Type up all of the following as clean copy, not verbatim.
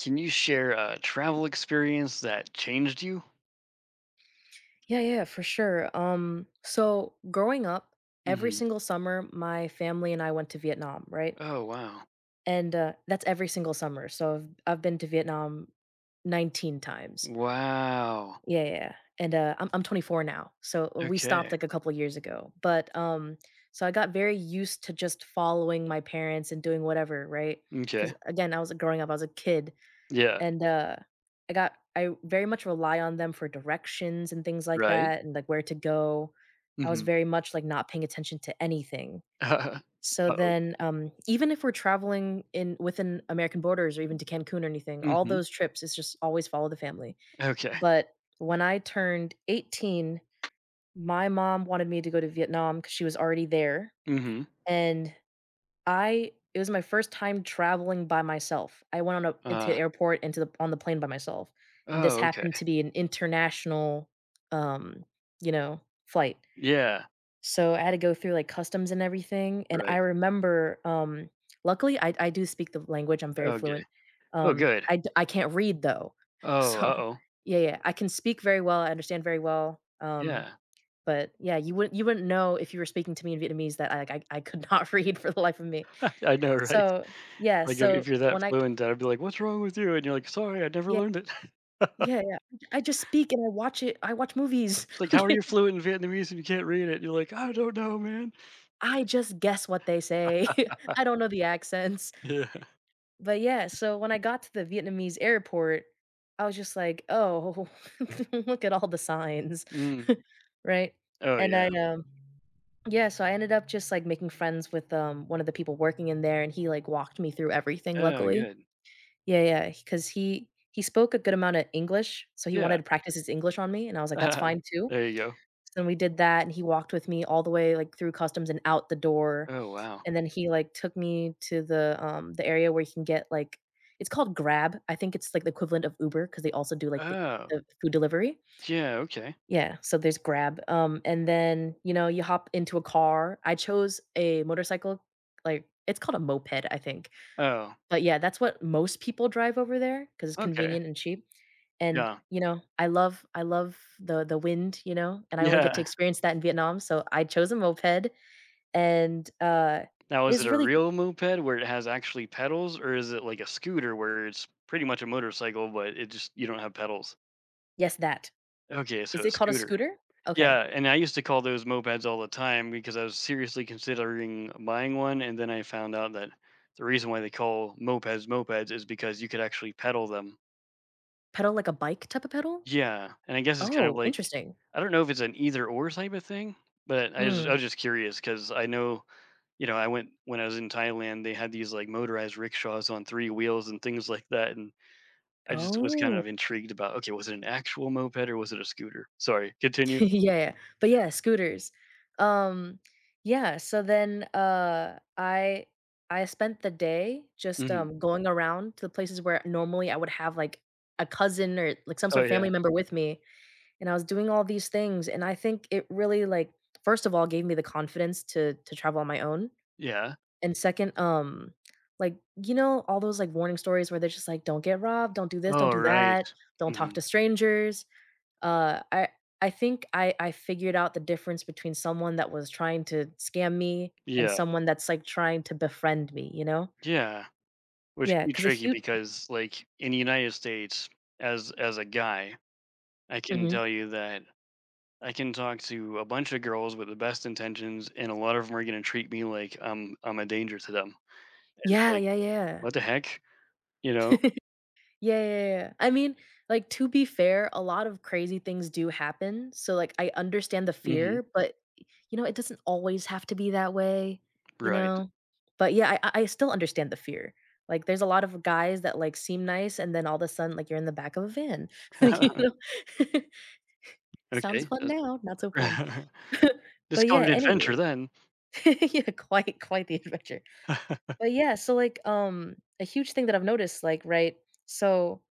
Can you share a travel experience that changed you? Yeah, yeah, for sure. So growing up, every Mhm. single summer, my family and I went to Vietnam, right? Oh, wow. And that's every single summer. So I've been to Vietnam 19 times. Wow. Yeah, yeah. yeah, And I'm 24 now. So we stopped Okay. like a couple years ago. But I got very used to just following my parents and doing whatever, right? Because Okay. again, I was growing up, I was a kid Yeah. and I very much rely on them for directions and things like Right. that and, like, where to go. I was Mhm. very much, like, not paying attention to anything. So Uh-oh. then even if we're traveling in within American borders or even to Cancun or anything, all Mhm. those trips, is just always follow the family. Okay. But when I turned 18, my mom wanted me to go to Vietnam because she was already there, Mhm. and I it was my first time traveling by myself. I went on a into the Uh, airport, into the on the plane by myself, and this oh, okay. happened to be an international, um, you know, flight. Yeah. So I had to go through, like, customs and everything, and I Right. remember, um luckily, I do speak the language, I'm very Okay. fluent. Oh, good. I can't read, though. Oh, So uh-oh. yeah, yeah, I can speak very well, I understand very well, Yeah. but, yeah, you wouldn't know if you were speaking to me in Vietnamese that I, like, I could not read for the life of me. I know, right? So, yeah, Like, if so if you're that when I fluent, I'd be like, "What's wrong with you?" And you're like, "Sorry, I never yeah, learned it." yeah, yeah, I just speak and I watch movies, It's like, "How are okay? you fluent in Vietnamese and you can't read it?" You're like, "I don't know, man." I just guess what they say. I don't know the accents. Yeah. But, yeah, so when I got to the Vietnamese airport, I was just like, "Oh, look at all the signs." Mm. Right? Oh, And I, yeah. um yeah, so I ended up just, like, making friends with, one of the people working in there, and he, like, walked me through everything, Oh, luckily. good. Yeah, yeah, because he spoke a good amount of English, so he wanted Yeah. to practice his English on me, and I was like, "That's fine too." There you go. So then we did that, and he walked with me all the way, like, through customs and out the door, Oh, wow. and then he, like, took me to the area where you can get, like it's called Grab, I think it's, like, the equivalent of Uber because they also do, like, the Oh, the food delivery. yeah, okay. Yeah, so there's Grab, and then, you know, you hop into a car. I chose a motorcycle, like it's called a moped, I think, Oh, but yeah, that's what most people drive over there because it's okay. convenient and cheap, and, Yeah. you know, I love the wind, you know, and I only get to Yeah. experience that in Vietnam, so I chose a moped and Now, it is it was a really real moped where it has actually pedals, or is it like a scooter where it's pretty much a motorcycle, but it just you don't have pedals? Yes, that. Okay, Is so a it called a scooter. scooter? Yeah, Okay. and I used to call those mopeds all the time because I was seriously considering buying one, and then I found out that the reason why they call mopeds mopeds is because you could actually pedal them. Pedal like a bike type of pedal? Yeah, and I guess it's kind of Oh, like interesting. I don't know if it's an either or type of thing, but I was I Mm. was just curious because I know you know I went when I was in Thailand they had these like motorized rickshaws on three wheels and things like that, and I just was kind Oh. of intrigued about okay was it an actual moped or was it a scooter? Sorry, continue. Yeah, yeah. But yeah, scooters. Um, yeah, so then, I spent the day just, Hmm. Going around to the places where normally I would have, like, a cousin or, like, some sort Oh of family yeah, member with me, and I was doing all these things, and I think it really, like, first of all, gave me the confidence to travel on my own, yeah. and second, like, you know, all those, like, warning stories where they're just like, "Don't get robbed, don't do this, don't Oh do right. that, don't talk Hmm. to strangers." Uh, I I think I figured out the difference between someone that was trying to scam me and Yeah, someone that's, like, trying to befriend me, you know? yeah. Which Yeah, can be because a tricky huge because like in the United States, as a guy, I can Mhm. tell you that I can talk to a bunch of girls with the best intentions, and a lot of them are gonna treat me like I'm a danger to them. It's Yeah, like, yeah, yeah. "What the heck?" You know? Yeah, yeah, yeah. I mean, like, to be fair, a lot of crazy things do happen, so, like, I understand the Mhm. fear, but, you know, it doesn't always have to be that way, you Right. know? But, yeah, I still understand the fear. Like, there's a lot of guys that, like, seem nice, and then all of a sudden, like, you're in the back of a van, like, you know? Sounds Okay, fun that's now, not so fun. it's But, called yeah, an anyway adventure then. Yeah, quite the adventure. But, yeah, so, like, a huge thing that I've noticed, like, right? So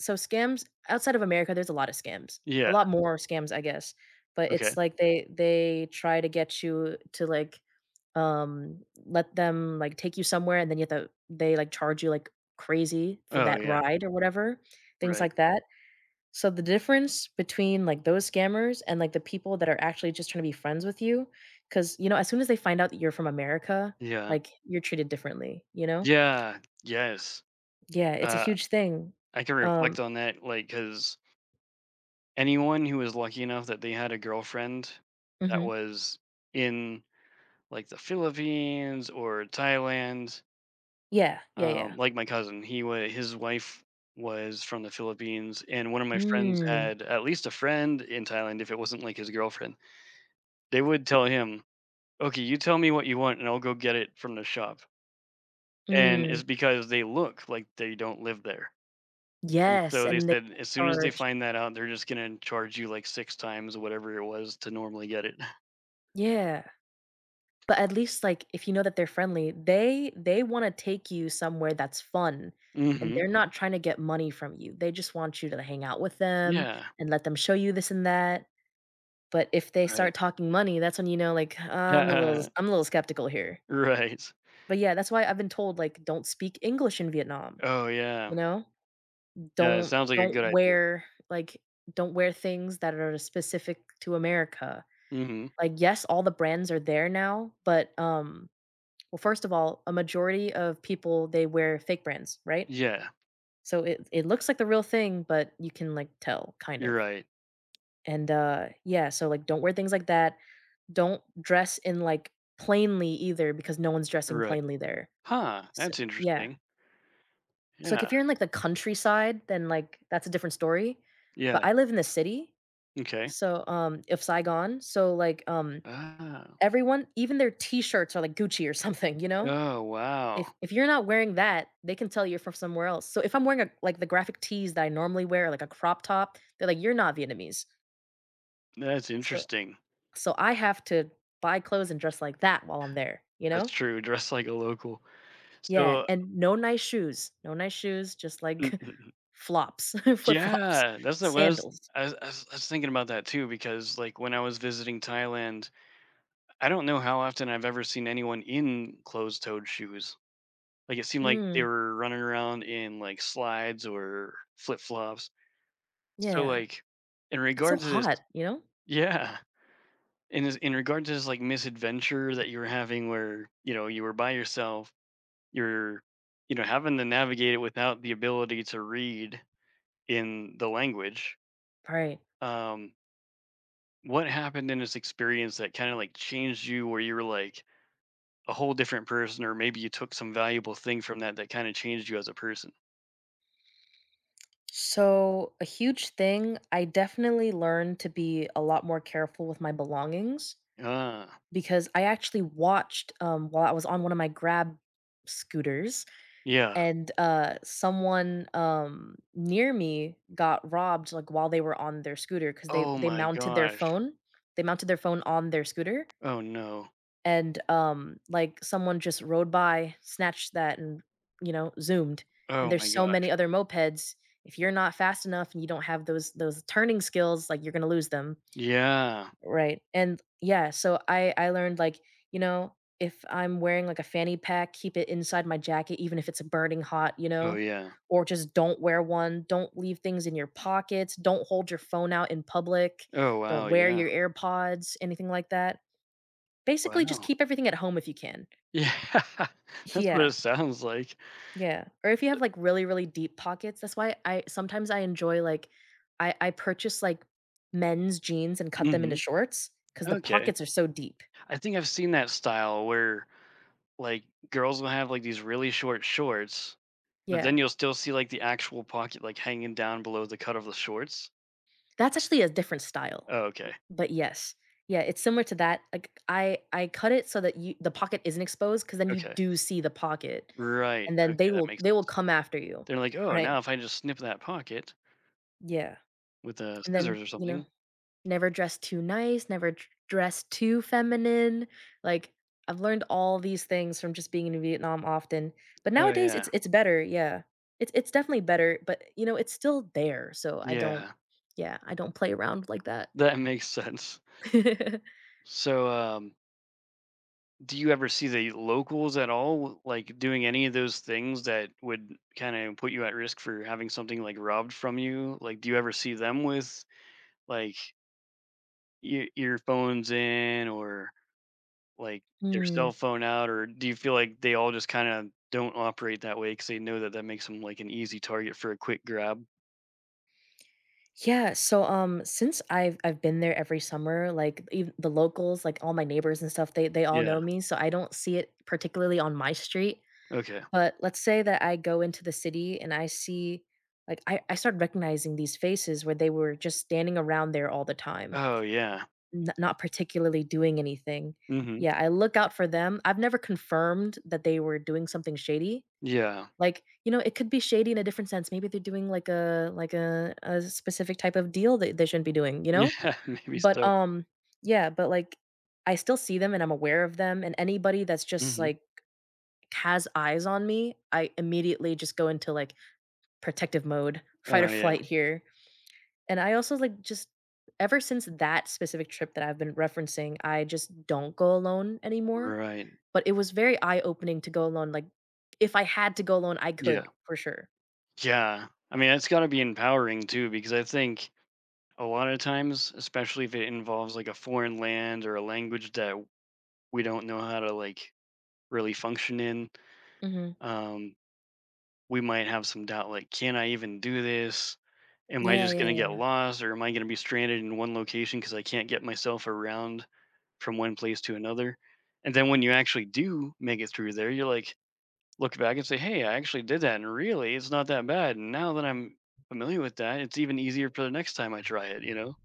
so scams outside of America, there's a lot of scams. A Yeah, lot more scams, I guess, but okay. it's like they try to get you to, like, let them, like, take you somewhere, and then you have to they, like, charge you like crazy for Oh, that yeah, ride or whatever, things right. like that. So the difference between, like, those scammers and, like, the people that are actually just trying to be friends with you, because you know, as soon as they find out that you're from America, Yeah. like, you're treated differently, you know? Yeah, yes. Yeah, it's a Uh, huge thing. I can reflect Um on that, like, because anyone who was lucky enough that they had a girlfriend that mhm. was in, like, the Philippines or Thailand. Yeah, yeah, yeah. Like my cousin, he was his wife was from the Philippines, and one of my friends Mm, had at least a friend in Thailand, if it wasn't, like, his girlfriend. They would tell him, "Okay, you tell me what you want, and I'll go get it from the shop." And it's mm, because they look like they don't live there. And yes, so they and they said as soon as they charge find that out, they're just gonna charge you, like, 6 times whatever it was to normally get it. yeah, but at least, like, if you know that they're friendly, they wanna take you somewhere that's fun, and Mhm. they're not trying to get money from you, they just want you to hang out with them Yeah, and let them show you this and that, but if they start right. talking money, that's when you know, like, Yeah, I'm a little skeptical here, right. but yeah, that's why I've been told, like, "Don't speak English in Vietnam," Oh, yeah. you know? Yeah, it "Don't sounds like a don't good idea. wear, like don't wear things that are specific to America." Mhm. Like, yes, all the brands are there now, but well, first of all, a majority of people, they wear fake brands, right? Yeah, So it looks like the real thing, but you can, like, tell, kind you're of. right. And, yeah, so, like, don't wear things like that. Don't dress in, like, plainly either because no one's dressing Right. plainly there. Huh, So that's yeah. interesting. So, like, Yeah, if you're in, like, the countryside, then, like, that's a different story. yeah, But I live in the city, okay. so, if Saigon, so, like, Ah, everyone even their T-shirts are, like, Gucci or something, you know? oh, wow. If you're not wearing that, they can tell you're from somewhere else. So if I'm wearing a like the graphic tees that I normally wear, like a crop top, they're like, "You're not Vietnamese." That's So interesting. so I have to buy clothes and dress like that while I'm there, you That's know? true, dress like a local. Yeah, So and no nice shoes. No nice shoes, just like mm, mm, mm. flops, flip-flops, Yeah, that's the was sandals. I was thinking about that too because, like, when I was visiting Thailand, I don't know how often I've ever seen anyone in closed-toed shoes. Like, it seemed like they Mm, were running around in, like, slides or flip-flops. So, yeah. like, in It's so regards to this. hot, you know? Yeah, in regard to this like misadventure that you were having where you know you were by yourself, you're, you know, having to navigate it without the ability to read in the language. Right. um what happened in this experience that kind of like changed you where you were like a whole different person, or maybe you took some valuable thing from that that kind of changed you as a person? So, a huge thing, I definitely learned to be a lot more careful with my belongings. Ah. Because I actually watched, while I was on one of my Grab scooters Yeah. and someone, near me got robbed, like, while they were on their scooter, because Oh my gosh. They mounted their phone on their scooter Oh no. and, like, someone just rode by, snatched that, and, you know, zoomed, and Oh there's my so many gosh. other mopeds. If you're not fast enough and you don't have those turning skills, like, you're gonna lose them. Yeah. Right, and yeah, so I learned, like, you know, if I'm wearing, like, a fanny pack, keep it inside my jacket even if it's burning hot, you Oh know? yeah. Or just don't wear one, don't leave things in your pockets, don't hold your phone out in public, Oh don't wow, wear yeah. your AirPods, anything like that. Basically, just Wow. keep everything at home if you can. Yeah, that's what Yeah, it sounds like. yeah, or if you have, like, really, really deep pockets, that's why I sometimes I enjoy, like I purchase, like, men's jeans and cut them into Mhm, shorts because the okay. pockets are so deep. I think I've seen that style where, like, girls will have, like, these really short shorts, but Yeah. then you'll still see, like, the actual pocket, like, hanging down below the cut of the shorts. That's actually a different style, Oh, okay, but yes. Yeah, it's similar to that, like, I cut it so that you the pocket isn't exposed because then you okay. do see the pocket, Right, and then okay, they that will makes they will sense. come after you, They're like, "Oh, now right? if I just snip that pocket Yeah, with, and then, scissors or you know, something." never dress too nice, never dr dress too feminine, like, I've learned all these things from just being in Vietnam often, but Oh, nowadays it's yeah. it's better, yeah. It's definitely better, but, you know, it's still there, so I don't Yeah, yeah, I don't play around like that. that makes sense. So, do you ever see the locals at all, like, doing any of those things that would kinda put you at risk for having something, like, robbed from you? Like, do you ever see them with, like, earphones in, or, like, their cell Hmm. phone out, or do you feel like they all just kinda don't operate that way because they know that that makes them, like, an easy target for a quick grab? Yeah, so, since I've been there every summer, like, eve the locals, like, all my neighbors and stuff, they all Yeah, know me, so I don't see it particularly on my street, okay. but let's say that I go into the city and I see like, I started recognizing these faces where they were just standing around there all the time, Oh, yeah. n not particularly doing anything. Mhm. Yeah, I look out for them. I've never confirmed that they were doing something shady. Yeah. Like, you know, it could be shady in a different sense. Maybe they're doing like a like a specific type of deal that they shouldn't be doing, you know? Yeah, maybe But, so. um yeah, but, like, I still see them and I'm aware of them, and anybody that's just, Mhm. like, has eyes on me, I immediately just go into, like, protective mode, fight or Oh, yeah. flight here. And I also, like, just ever since that specific trip that I've been referencing, I just don't go alone anymore, Right. but it was very eye-opening to go alone, like, if I had to go alone, I Yeah. could for sure. Yeah. I mean, it's got to be empowering too, because I think a lot of times, especially if it involves like a foreign land or a language that we don't know how to like really function in, Mhm. um, we might have some doubt like, can I even do this? Am I Yeah, just yeah, going to get yeah. lost, or am I going to be stranded in one location because I can't get myself around from one place to another? And then when you actually do make it through there, you're like, look back and say, "Hey, I actually did that, and really, it's not that bad." And now that I'm familiar with that, it's even easier for the next time I try it. You know?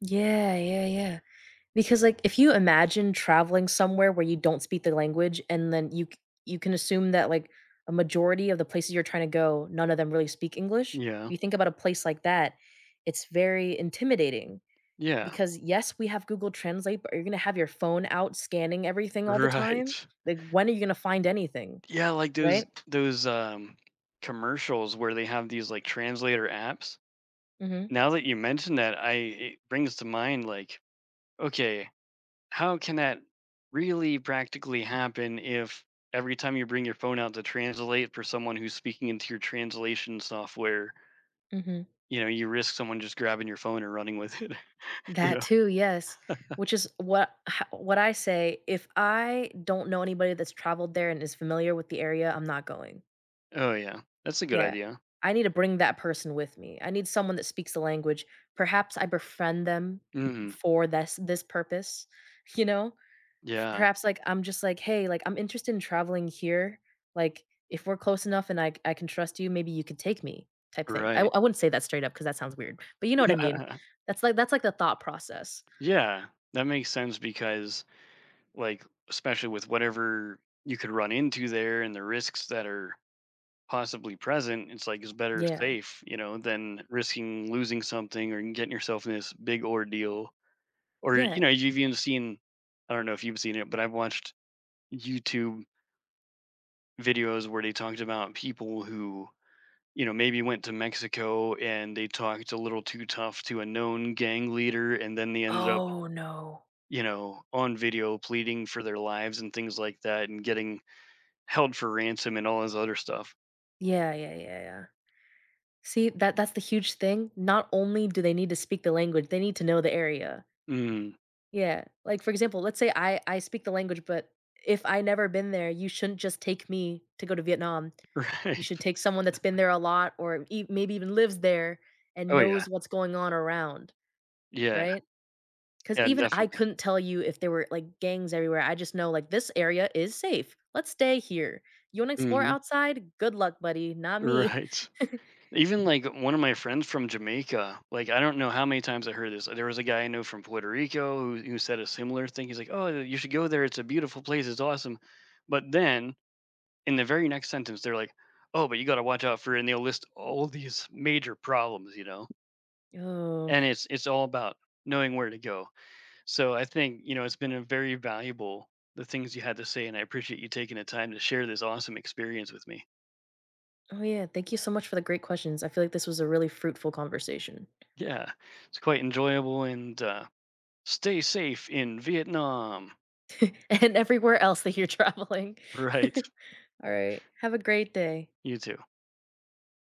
Yeah, yeah, yeah. Because, like, if you imagine traveling somewhere where you don't speak the language and then you can assume that, like, a majority of the places you're trying to go, none of them really speak English. If Yeah. You think about a place like that, it's very intimidating Yeah. because, yes, we have Google Translate, but are you gonna have your phone out scanning everything all the time? Right. Like, when are you gonna find anything, Yeah, like those right? those um, commercials where they have these like translator apps. Mhm, Now that you mention that, I it brings to mind like, okay, how can that really practically happen if every time you bring your phone out to translate for someone who's speaking into your translation software, mhm. you know, you risk someone just grabbing your phone and running with it? You That know? too, yes. Which is what I say, if I don't know anybody that's traveled there and is familiar with the area, I'm not going. Oh, yeah. That's a good Yeah. idea. I need to bring that person with me. I need someone that speaks the language. Perhaps I befriend them Mhm. for this purpose, you know? Yeah. Perhaps like I'm just like, "Hey, like I'm interested in traveling here. Like if we're close enough and I can trust you, maybe you could take me." type thing. Right. I wouldn't say that straight up because that sounds weird. But you know what I mean? Yeah. That's like the thought process. Yeah. That makes sense because, like, especially with whatever you could run into there and the risks that are possibly present, it's like it's better Yeah. safe, you know, than risking losing something or getting yourself in this big ordeal. Or, you Yeah. know, you've even seen, I don't know if you've seen it, but I've watched YouTube videos where they talked about people who, you know, maybe went to Mexico and they talked a little too tough to a known gang leader, and then they ended up, Oh, no. you know, on video pleading for their lives and things like that, and getting held for ransom and all this other stuff. Yeah, yeah, yeah, yeah. See, that's the huge thing. Not only do they need to speak the language, they need to know the area. Mm, Yeah. Like, for example, let's say I speak the language, but if I never been there, you shouldn't just take me to go to Vietnam. You right. should take someone that's been there a lot or e maybe even lives there and Oh yeah, knows what's going on around, yeah, right? 'Cause yeah, even I definitely. couldn't tell you if there were, like, gangs everywhere, I just know, like, "This area is safe. Let's stay here. You wanna explore Mhm. outside? Good luck, buddy. Not me." Right. Even like one of my friends from Jamaica, like I don't know how many times I heard this. There was a guy I know from Puerto Rico who said a similar thing. He's like, "Oh, you should go there. It's a beautiful place. It's awesome." But then in the very next sentence, they're like, "Oh, but you got to watch out for," and they'll list all these major problems, you know. Oh. And it's all about knowing where to go. So I think you know it's been a very valuable, the things you had to say, and I appreciate you taking the time to share this awesome experience with me. Oh, yeah, thank you so much for the great questions. I feel like this was a really fruitful conversation. Yeah, it's quite enjoyable, and stay safe in Vietnam. And everywhere else that you're traveling. Right, Alright, have a great day. you too.